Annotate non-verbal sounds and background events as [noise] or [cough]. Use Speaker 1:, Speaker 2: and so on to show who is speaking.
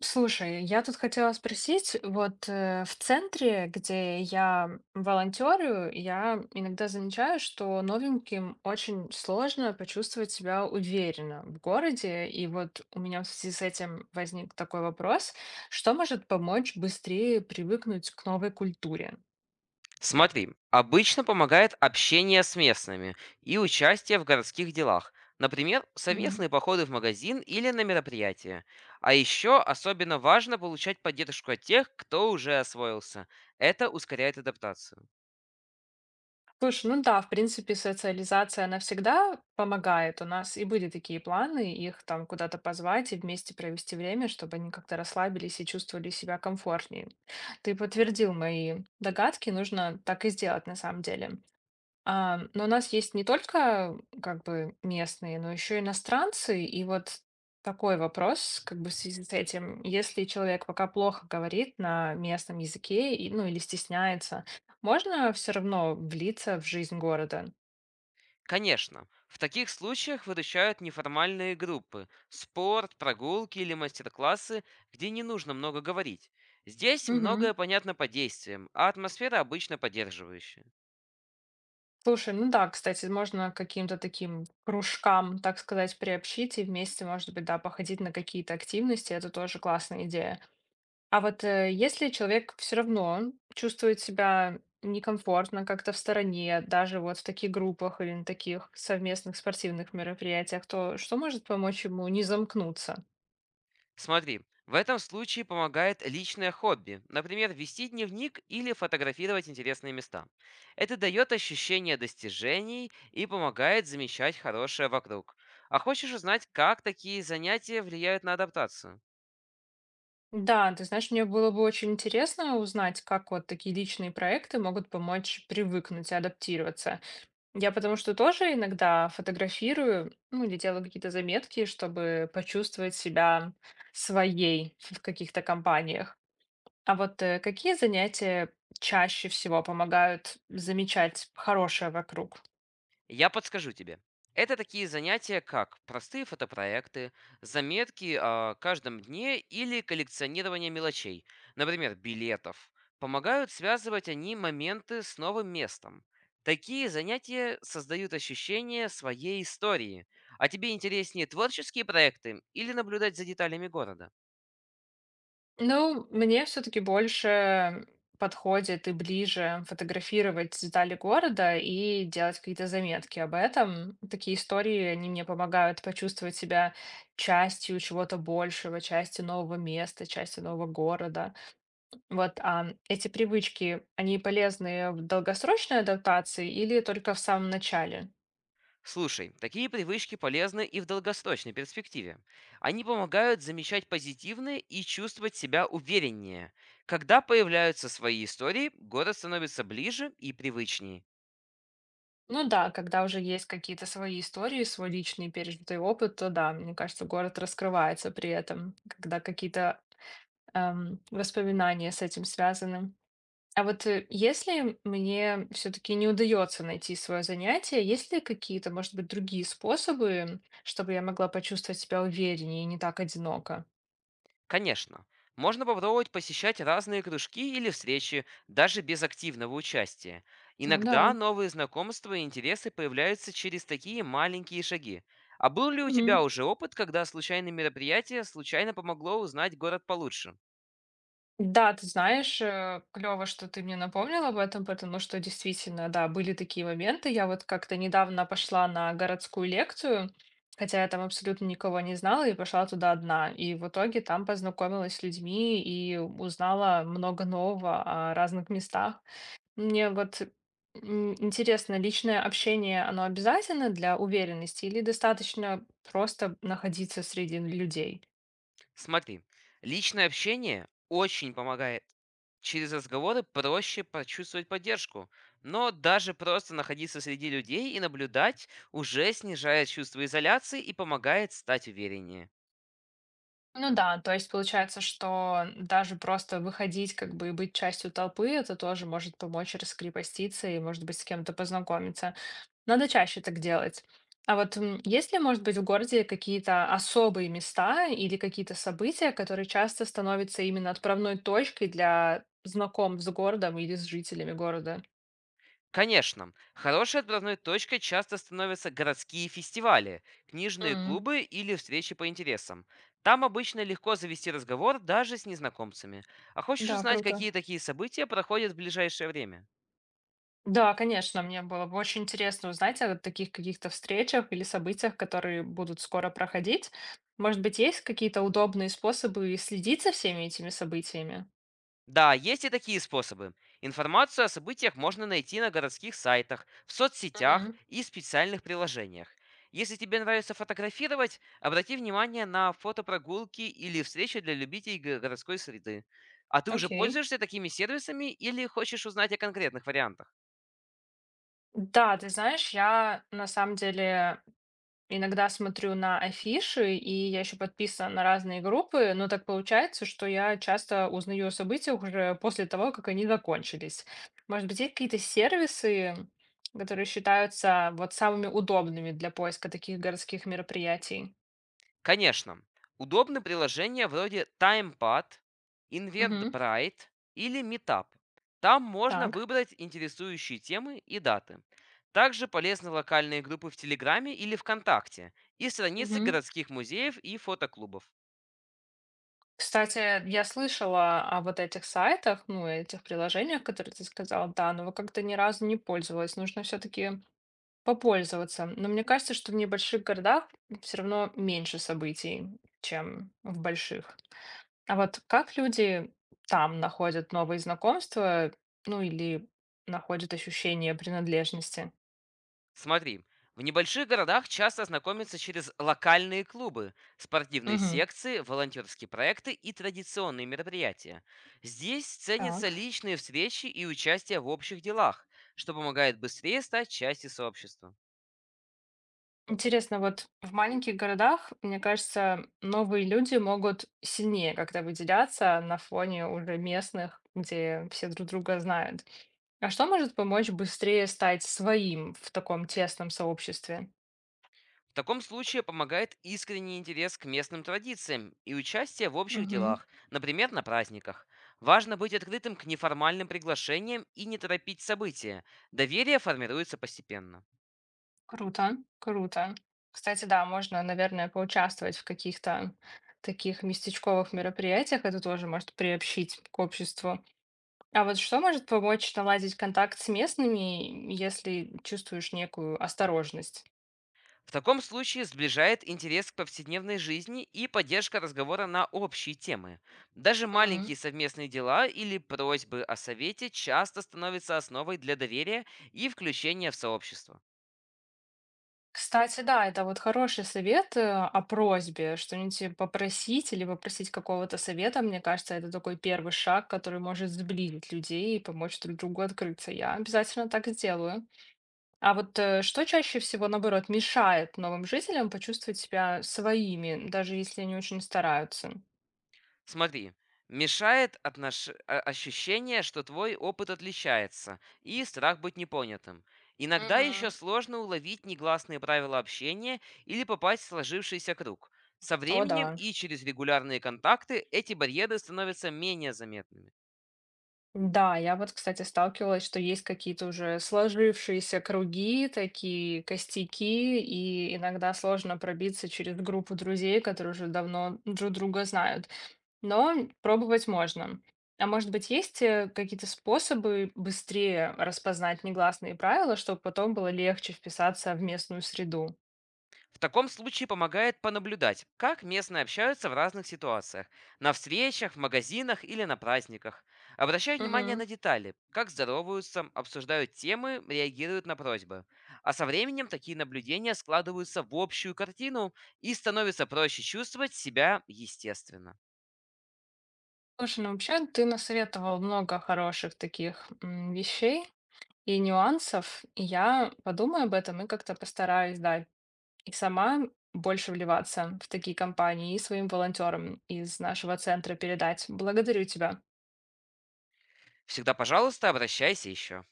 Speaker 1: Слушай, я тут хотела спросить, в центре, где я волонтерю, я иногда замечаю, что новеньким очень сложно почувствовать себя уверенно в городе, и вот у меня в связи с этим возник такой вопрос, что может помочь быстрее привыкнуть к новой культуре?
Speaker 2: Смотри, обычно помогает общение с местными и участие в городских делах, например, совместные походы в магазин или на мероприятия. А еще особенно важно получать поддержку от тех, кто уже освоился. Это ускоряет адаптацию.
Speaker 1: Слушай, ну да, в принципе, социализация, она всегда помогает. У нас и были такие планы, их там куда-то позвать и вместе провести время, чтобы они как-то расслабились и чувствовали себя комфортнее. Ты подтвердил мои догадки, нужно так и сделать на самом деле. А, но у нас есть не только как бы местные, но еще иностранцы. И вот такой вопрос, как бы в связи с этим, если человек пока плохо говорит на местном языке, и, ну или стесняется, можно все равно влиться в жизнь города?
Speaker 2: Конечно, в таких случаях выручают неформальные группы, спорт, прогулки или мастер-классы, где не нужно много говорить. Здесь
Speaker 1: Мгм.
Speaker 2: многое понятно по действиям, а атмосфера обычно поддерживающая.
Speaker 1: Слушай, ну да, кстати, можно к каким-то таким кружкам, так сказать, приобщить и вместе, может быть, да, походить на какие-то активности. Это тоже классная идея. А если человек все равно чувствует себя некомфортно, как-то в стороне, даже вот в таких группах или на таких совместных спортивных мероприятиях, то что может помочь ему не замкнуться?
Speaker 2: Смотри, в этом случае помогает личное хобби, например, вести дневник или фотографировать интересные места. Это дает ощущение достижений и помогает замечать хорошее вокруг. А хочешь узнать, как такие занятия влияют на адаптацию?
Speaker 1: Да, ты знаешь, мне было бы очень интересно узнать, как вот такие личные проекты могут помочь привыкнуть и адаптироваться. Я потому что тоже иногда фотографирую, ну или делаю какие-то заметки, чтобы почувствовать себя своей [laughs] в каких-то компаниях. А какие занятия чаще всего помогают замечать хорошее вокруг?
Speaker 2: Я подскажу тебе. Это такие занятия, как простые фотопроекты, заметки о каждом дне или коллекционирование мелочей, например, билетов. Помогают связывать они моменты с новым местом. Такие занятия создают ощущение своей истории. А тебе интереснее творческие проекты или наблюдать за деталями города?
Speaker 1: Ну, мне все-таки больше подходит и ближе фотографировать детали города и делать какие-то заметки об этом. Такие истории, они мне помогают почувствовать себя частью чего-то большего, частью нового места, частью нового города. Вот, а эти привычки, они полезны в долгосрочной адаптации или только в самом начале?
Speaker 2: Слушай, такие привычки полезны и в долгосрочной перспективе. Они помогают замечать позитивные и чувствовать себя увереннее. Когда появляются свои истории, город становится ближе и привычнее.
Speaker 1: Ну да, когда уже есть какие-то свои истории, свой личный пережитый опыт, то да, мне кажется, город раскрывается при этом, когда какие-то воспоминания с этим связаны. А если мне все-таки не удается найти свое занятие, есть ли какие-то, может быть, другие способы, чтобы я могла почувствовать себя увереннее и не так одиноко?
Speaker 2: Конечно, можно попробовать посещать разные кружки или встречи, даже без активного участия.
Speaker 1: Ну
Speaker 2: Иногда
Speaker 1: да.
Speaker 2: новые знакомства и интересы появляются через такие маленькие шаги. А был ли у тебя
Speaker 1: Мгм.
Speaker 2: уже опыт, когда случайное мероприятие случайно помогло узнать город получше?
Speaker 1: Да, ты знаешь, клево, что ты мне напомнил об этом, потому что действительно, да, были такие моменты. Я вот как-то недавно пошла на городскую лекцию, хотя я там абсолютно никого не знала, и пошла туда одна. И в итоге там познакомилась с людьми и узнала много нового о разных местах. Мне вот интересно, личное общение, оно обязательно для уверенности или достаточно просто находиться среди людей?
Speaker 2: Смотри, личное общение очень помогает. Через разговоры проще почувствовать поддержку, но даже просто находиться среди людей и наблюдать уже снижает чувство изоляции и помогает стать увереннее.
Speaker 1: Ну да, то есть получается, что даже просто выходить как бы и быть частью толпы, это тоже может помочь раскрепоститься и, может быть, с кем-то познакомиться. Надо чаще так делать. А есть ли, может быть, в городе какие-то особые места или какие-то события, которые часто становятся именно отправной точкой для знакомств с городом или с жителями города?
Speaker 2: Конечно, хорошей отправной точкой часто становятся городские фестивали, книжные
Speaker 1: М,
Speaker 2: клубы или встречи по интересам. Там обычно легко завести разговор даже с незнакомцами. А хочешь
Speaker 1: Да,
Speaker 2: узнать,
Speaker 1: круто.
Speaker 2: какие такие события проходят в ближайшее время?
Speaker 1: Да, конечно, мне было бы очень интересно узнать о таких каких-то встречах или событиях, которые будут скоро проходить. Может быть, есть какие-то удобные способы следить за всеми этими событиями?
Speaker 2: Да, есть и такие способы. Информацию о событиях можно найти на городских сайтах, в соцсетях
Speaker 1: Мгм.
Speaker 2: и специальных приложениях. Если тебе нравится фотографировать, обрати внимание на фотопрогулки или встречи для любителей городской среды. А ты уже
Speaker 1: Окей.
Speaker 2: пользуешься такими сервисами или хочешь узнать о конкретных вариантах?
Speaker 1: Да, ты знаешь, я на самом деле иногда смотрю на афиши, и я еще подписана на разные группы, но так получается, что я часто узнаю о событиях уже после того, как они закончились. Может быть, есть какие-то сервисы, которые считаются вот самыми удобными для поиска таких городских мероприятий?
Speaker 2: Конечно, удобны приложения вроде TimePad,
Speaker 1: Мгм.
Speaker 2: InventBrite или Meetup. Там можно
Speaker 1: Так.
Speaker 2: выбрать интересующие темы и даты. Также полезны локальные группы в Телеграме или ВКонтакте и страницы
Speaker 1: Мгм.
Speaker 2: городских музеев и фотоклубов.
Speaker 1: Кстати, я слышала о вот этих сайтах, ну, этих приложениях, которые ты сказала, да, но вот как-то ни разу не пользовалась. Нужно все-таки попользоваться. Но мне кажется, что в небольших городах все равно меньше событий, чем в больших. А вот как люди там находят новые знакомства, ну или находят ощущение принадлежности?
Speaker 2: Смотри, в небольших городах часто знакомятся через локальные клубы, спортивные
Speaker 1: Мгм.
Speaker 2: секции, волонтерские проекты и традиционные мероприятия. Здесь ценятся
Speaker 1: Так.
Speaker 2: личные встречи и участие в общих делах, что помогает быстрее стать частью сообщества.
Speaker 1: Интересно, вот в маленьких городах, мне кажется, новые люди могут сильнее как-то выделяться на фоне уже местных, где все друг друга знают. А что может помочь быстрее стать своим в таком тесном сообществе?
Speaker 2: В таком случае помогает искренний интерес к местным традициям и участие в общих
Speaker 1: Мгм.
Speaker 2: делах, например, на праздниках. Важно быть открытым к неформальным приглашениям и не торопить события. Доверие формируется постепенно.
Speaker 1: Круто, круто. Кстати, да, можно, наверное, поучаствовать в каких-то таких местечковых мероприятиях. Это тоже может приобщить к обществу. А вот что может помочь наладить контакт с местными, если чувствуешь некую осторожность?
Speaker 2: В таком случае сближает интерес к повседневной жизни и поддержка разговора на общие темы. Даже
Speaker 1: М.
Speaker 2: маленькие совместные дела или просьбы о совете часто становятся основой для доверия и включения в сообщество.
Speaker 1: Кстати, да, это вот хороший совет о просьбе, что-нибудь попросить или попросить какого-то совета. Мне кажется, это такой первый шаг, который может сблизить людей и помочь друг другу открыться. Я обязательно так сделаю. А что чаще всего, наоборот, мешает новым жителям почувствовать себя своими, даже если они очень стараются?
Speaker 2: Смотри, мешает ощущение, что твой опыт отличается, и страх быть непонятым. Иногда еще
Speaker 1: Мгм.
Speaker 2: сложно уловить негласные правила общения или попасть в сложившийся круг. Со
Speaker 1: О,
Speaker 2: временем
Speaker 1: да.
Speaker 2: и через регулярные контакты эти барьеры становятся менее заметными.
Speaker 1: Да, я вот, кстати, сталкивалась, что есть какие-то уже сложившиеся круги, такие костяки, и иногда сложно пробиться через группу друзей, которые уже давно друг друга знают. Но пробовать можно. А может быть, есть какие-то способы быстрее распознать негласные правила, чтобы потом было легче вписаться в местную среду?
Speaker 2: В таком случае помогает понаблюдать, как местные общаются в разных ситуациях. На встречах, в магазинах или на праздниках. Обращай внимание
Speaker 1: Мгм.
Speaker 2: на детали, как здороваются, обсуждают темы, реагируют на просьбы. А со временем такие наблюдения складываются в общую картину и становится проще чувствовать себя естественно.
Speaker 1: Слушай, ну вообще ты насоветовал много хороших таких м, вещей и нюансов, и я подумаю об этом и как-то постараюсь, да, и сама больше вливаться в такие компании и своим волонтерам из нашего центра передать. Благодарю тебя.
Speaker 2: Всегда пожалуйста, обращайся еще.